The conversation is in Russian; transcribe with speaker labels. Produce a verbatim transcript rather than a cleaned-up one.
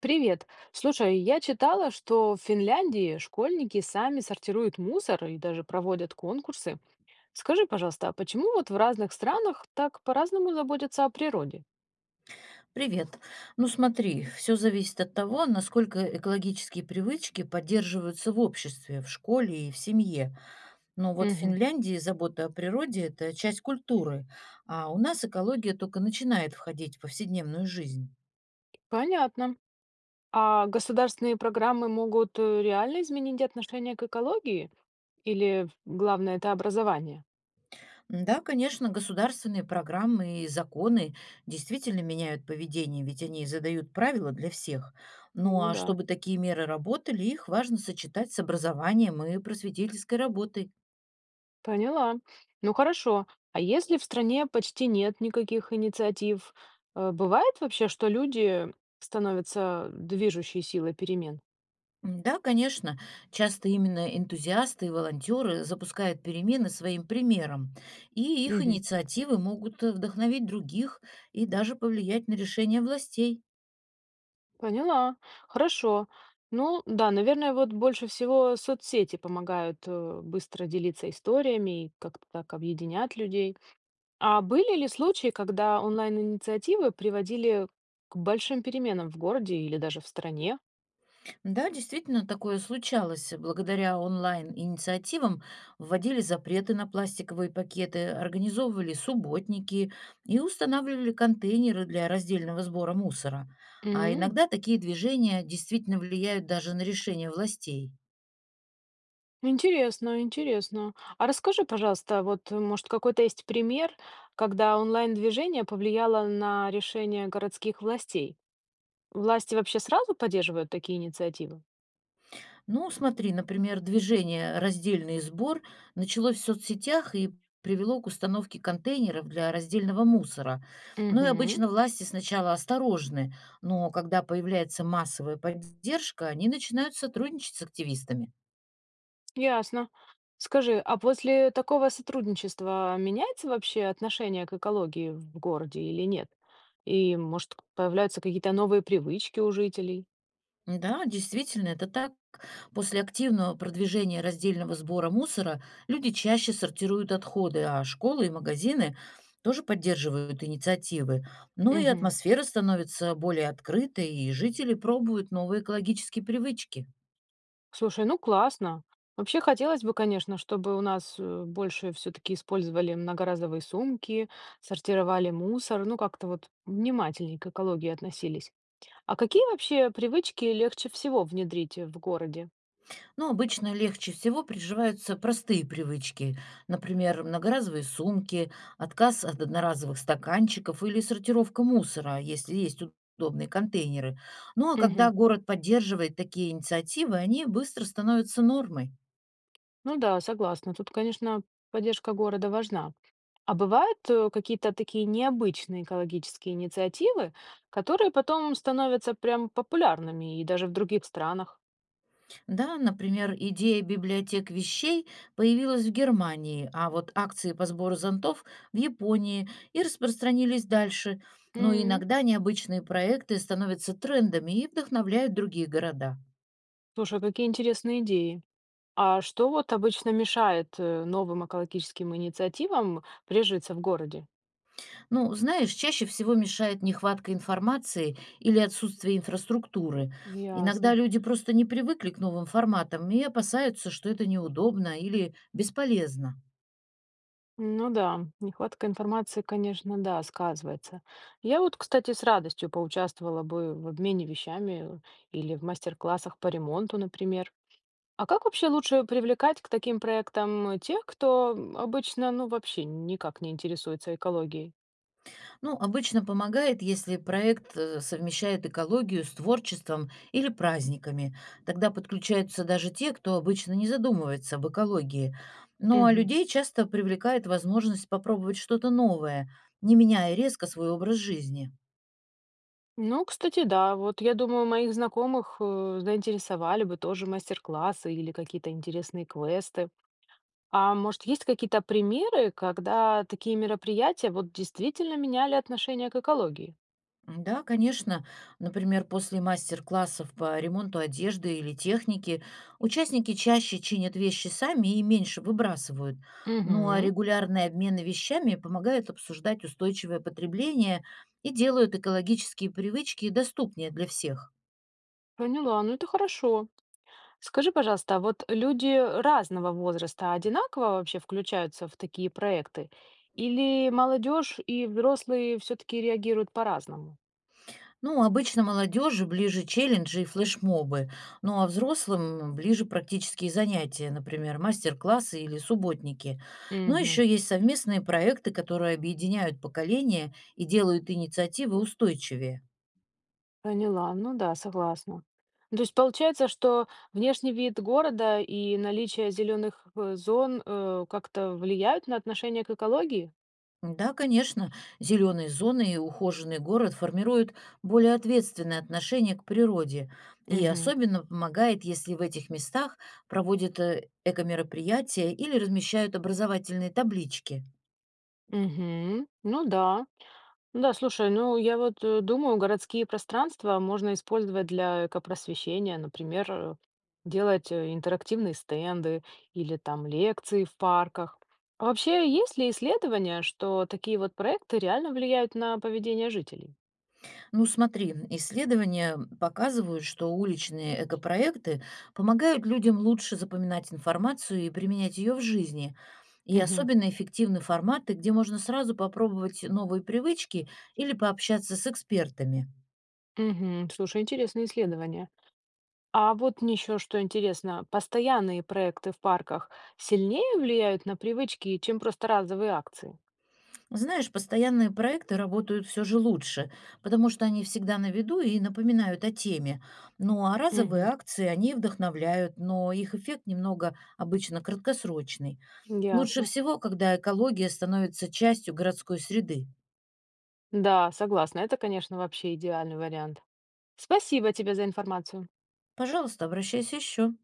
Speaker 1: Привет. Слушай, я читала, что в Финляндии школьники сами сортируют мусор и даже проводят конкурсы. Скажи, пожалуйста, а почему вот в разных странах так по-разному заботятся о природе?
Speaker 2: Привет. Ну смотри, все зависит от того, насколько экологические привычки поддерживаются в обществе, в школе и в семье. Но вот в
Speaker 1: Мгм.
Speaker 2: Финляндии забота о природе– это часть культуры, а у нас экология только начинает входить в повседневную жизнь.
Speaker 1: Понятно. А государственные программы могут э, реально изменить отношение к экологии? Или главное это образование?
Speaker 2: М, Да, конечно, государственные программы и законы действительно меняют поведение, ведь они задают правила для всех. Ну
Speaker 1: Ну
Speaker 2: а
Speaker 1: да.
Speaker 2: чтобы такие меры работали, их важно сочетать с образованием и просветительской работой.
Speaker 1: Поняла. Ну хорошо. А если в стране почти нет никаких инициатив, э, бывает вообще, что люди становятся движущей силой перемен?
Speaker 2: М, Да, конечно. Часто именно энтузиасты и волонтеры запускают перемены своим примером, и их
Speaker 1: Мгм.
Speaker 2: инициативы могут э, вдохновить других и даже повлиять на решения властей.
Speaker 1: Поняла. Хорошо. Ну да, наверное, вот больше всего соцсети помогают э, быстро делиться историями и как-то так объединять людей. А были ли случаи, когда онлайн-инициативы приводили к большим переменам в городе или даже в стране?
Speaker 2: Да, действительно, такое случалось. Благодаря онлайн-инициативам вводили запреты на пластиковые пакеты, организовывали субботники и устанавливали контейнеры для раздельного сбора мусора. А
Speaker 1: М,
Speaker 2: иногда такие движения действительно влияют даже на решения властей.
Speaker 1: Интересно, интересно. А расскажи, пожалуйста, вот, э, может, какой-то есть пример, когда онлайн-движение повлияло на решение городских властей? Власти вообще сразу поддерживают такие инициативы?
Speaker 2: Ну, смотри, например, движение «Раздельный сбор» началось в соцсетях и привело к установке контейнеров для раздельного мусора. Ну и
Speaker 1: Угу,
Speaker 2: обычно власти сначала осторожны, но когда появляется массовая поддержка, они начинают сотрудничать с активистами.
Speaker 1: ясно. Скажи, а после такого сотрудничества меняется вообще отношение к экологии в городе или нет? И, может, появляются какие-то новые привычки у жителей?
Speaker 2: Да, действительно, это так. После активного продвижения раздельного сбора мусора люди чаще сортируют отходы, а школы и магазины тоже поддерживают инициативы. Ну и
Speaker 1: Угу.
Speaker 2: атмосфера становится более открытой, и жители пробуют новые экологические привычки.
Speaker 1: Слушай, ну классно. Вообще хотелось бы, конечно, чтобы у нас э, больше все-таки использовали многоразовые сумки, сортировали мусор, ну как-то вот внимательнее к экологии относились. А какие вообще привычки легче всего внедрить в городе?
Speaker 2: Но обычно легче всего приживаются простые привычки, например, многоразовые сумки, отказ от одноразовых стаканчиков или сортировка мусора, если есть удобные контейнеры. Ну а когда
Speaker 1: Мгм.
Speaker 2: город поддерживает такие инициативы, они быстро становятся нормой.
Speaker 1: Ну да, согласна. Тут, конечно, поддержка города важна. А бывают э, какие-то такие необычные экологические инициативы, которые потом становятся прям популярными и даже в других странах?
Speaker 2: Да, например, идея библиотек вещей появилась в Германии, а вот акции по сбору зонтов в Японии и распространились дальше. Но
Speaker 1: М,
Speaker 2: иногда необычные проекты становятся трендами и вдохновляют другие города.
Speaker 1: Слушай, какие интересные идеи. А что вот обычно мешает э, новым экологическим инициативам прижиться в городе?
Speaker 2: Ну, знаешь, чаще всего мешает нехватка информации или отсутствие инфраструктуры. Иногда
Speaker 1: Ясно.
Speaker 2: люди просто не привыкли к новым форматам и опасаются, что это неудобно или бесполезно.
Speaker 1: Ну да, нехватка информации, конечно, да, сказывается. Я вот, кстати, с радостью поучаствовала бы в обмене вещами или в мастер-классах по ремонту, например. А как вообще лучше привлекать к таким проектам тех, кто обычно, ну, вообще никак не интересуется экологией?
Speaker 2: Ну, обычно помогает, если проект э, совмещает экологию с творчеством или праздниками. Тогда подключаются даже те, кто обычно не задумывается об экологии. Ну, а
Speaker 1: Мгм.
Speaker 2: людей часто привлекает возможность попробовать что-то новое, не меняя резко свой образ жизни.
Speaker 1: Ну, кстати, да. Вот я думаю, моих знакомых э, заинтересовали бы тоже мастер-классы или какие-то интересные квесты. А может, есть какие-то примеры, когда такие мероприятия вот действительно меняли отношение к экологии?
Speaker 2: М, Да, конечно. Например, после мастер-классов по ремонту одежды или техники участники чаще чинят вещи сами и меньше выбрасывают. Ну а
Speaker 1: Угу.
Speaker 2: регулярные обмены вещами помогают обсуждать устойчивое потребление и делают экологические привычки доступнее для всех.
Speaker 1: Поняла, ну это хорошо. Скажи, пожалуйста, а вот люди разного возраста одинаково вообще включаются в такие проекты? Или молодежь и взрослые все-таки реагируют по-разному?
Speaker 2: Ну, обычно молодежи ближе челленджи и флешмобы, ну а взрослым ближе практические занятия, например, мастер-классы или субботники. Но
Speaker 1: Угу.
Speaker 2: еще есть совместные проекты, которые объединяют поколения и делают инициативы устойчивее.
Speaker 1: Поняла, ну да, согласна. Ну, то есть получается, что внешний вид города и наличие зеленых э, зон э, как-то влияют на отношение к экологии?
Speaker 2: Да, конечно, зеленые зоны и ухоженный город формируют более ответственное отношение к природе. И
Speaker 1: Угу.
Speaker 2: особенно помогает, если в этих местах проводят э, эко-мероприятия или размещают образовательные таблички.
Speaker 1: Угу. Ну да. Ну да, слушай, ну я вот э, думаю, городские пространства можно использовать для экопросвещения, например, э, делать э, интерактивные стенды или там лекции в парках. А вообще, есть ли исследования, что такие вот проекты реально влияют на поведение жителей?
Speaker 2: Ну смотри, исследования показывают, что уличные экопроекты помогают людям лучше запоминать информацию и применять ее в жизни. И
Speaker 1: Угу.
Speaker 2: особенно эффективны форматы, где можно сразу попробовать новые привычки или пообщаться с экспертами.
Speaker 1: Мгм. Слушай, интересные исследования. А вот мне еще что интересно, постоянные проекты в парках сильнее влияют на привычки, чем просто разовые акции?
Speaker 2: Знаешь, постоянные проекты работают все же лучше, потому что они всегда на виду и напоминают о теме. Ну а разовые
Speaker 1: Мгм.
Speaker 2: акции, они вдохновляют, но их эффект немного обычно краткосрочный. Лучше
Speaker 1: Ясно.
Speaker 2: всего, когда экология становится частью городской среды.
Speaker 1: Да, согласна. Это, конечно, вообще идеальный вариант. Спасибо тебе за информацию.
Speaker 2: Пожалуйста, обращайся еще.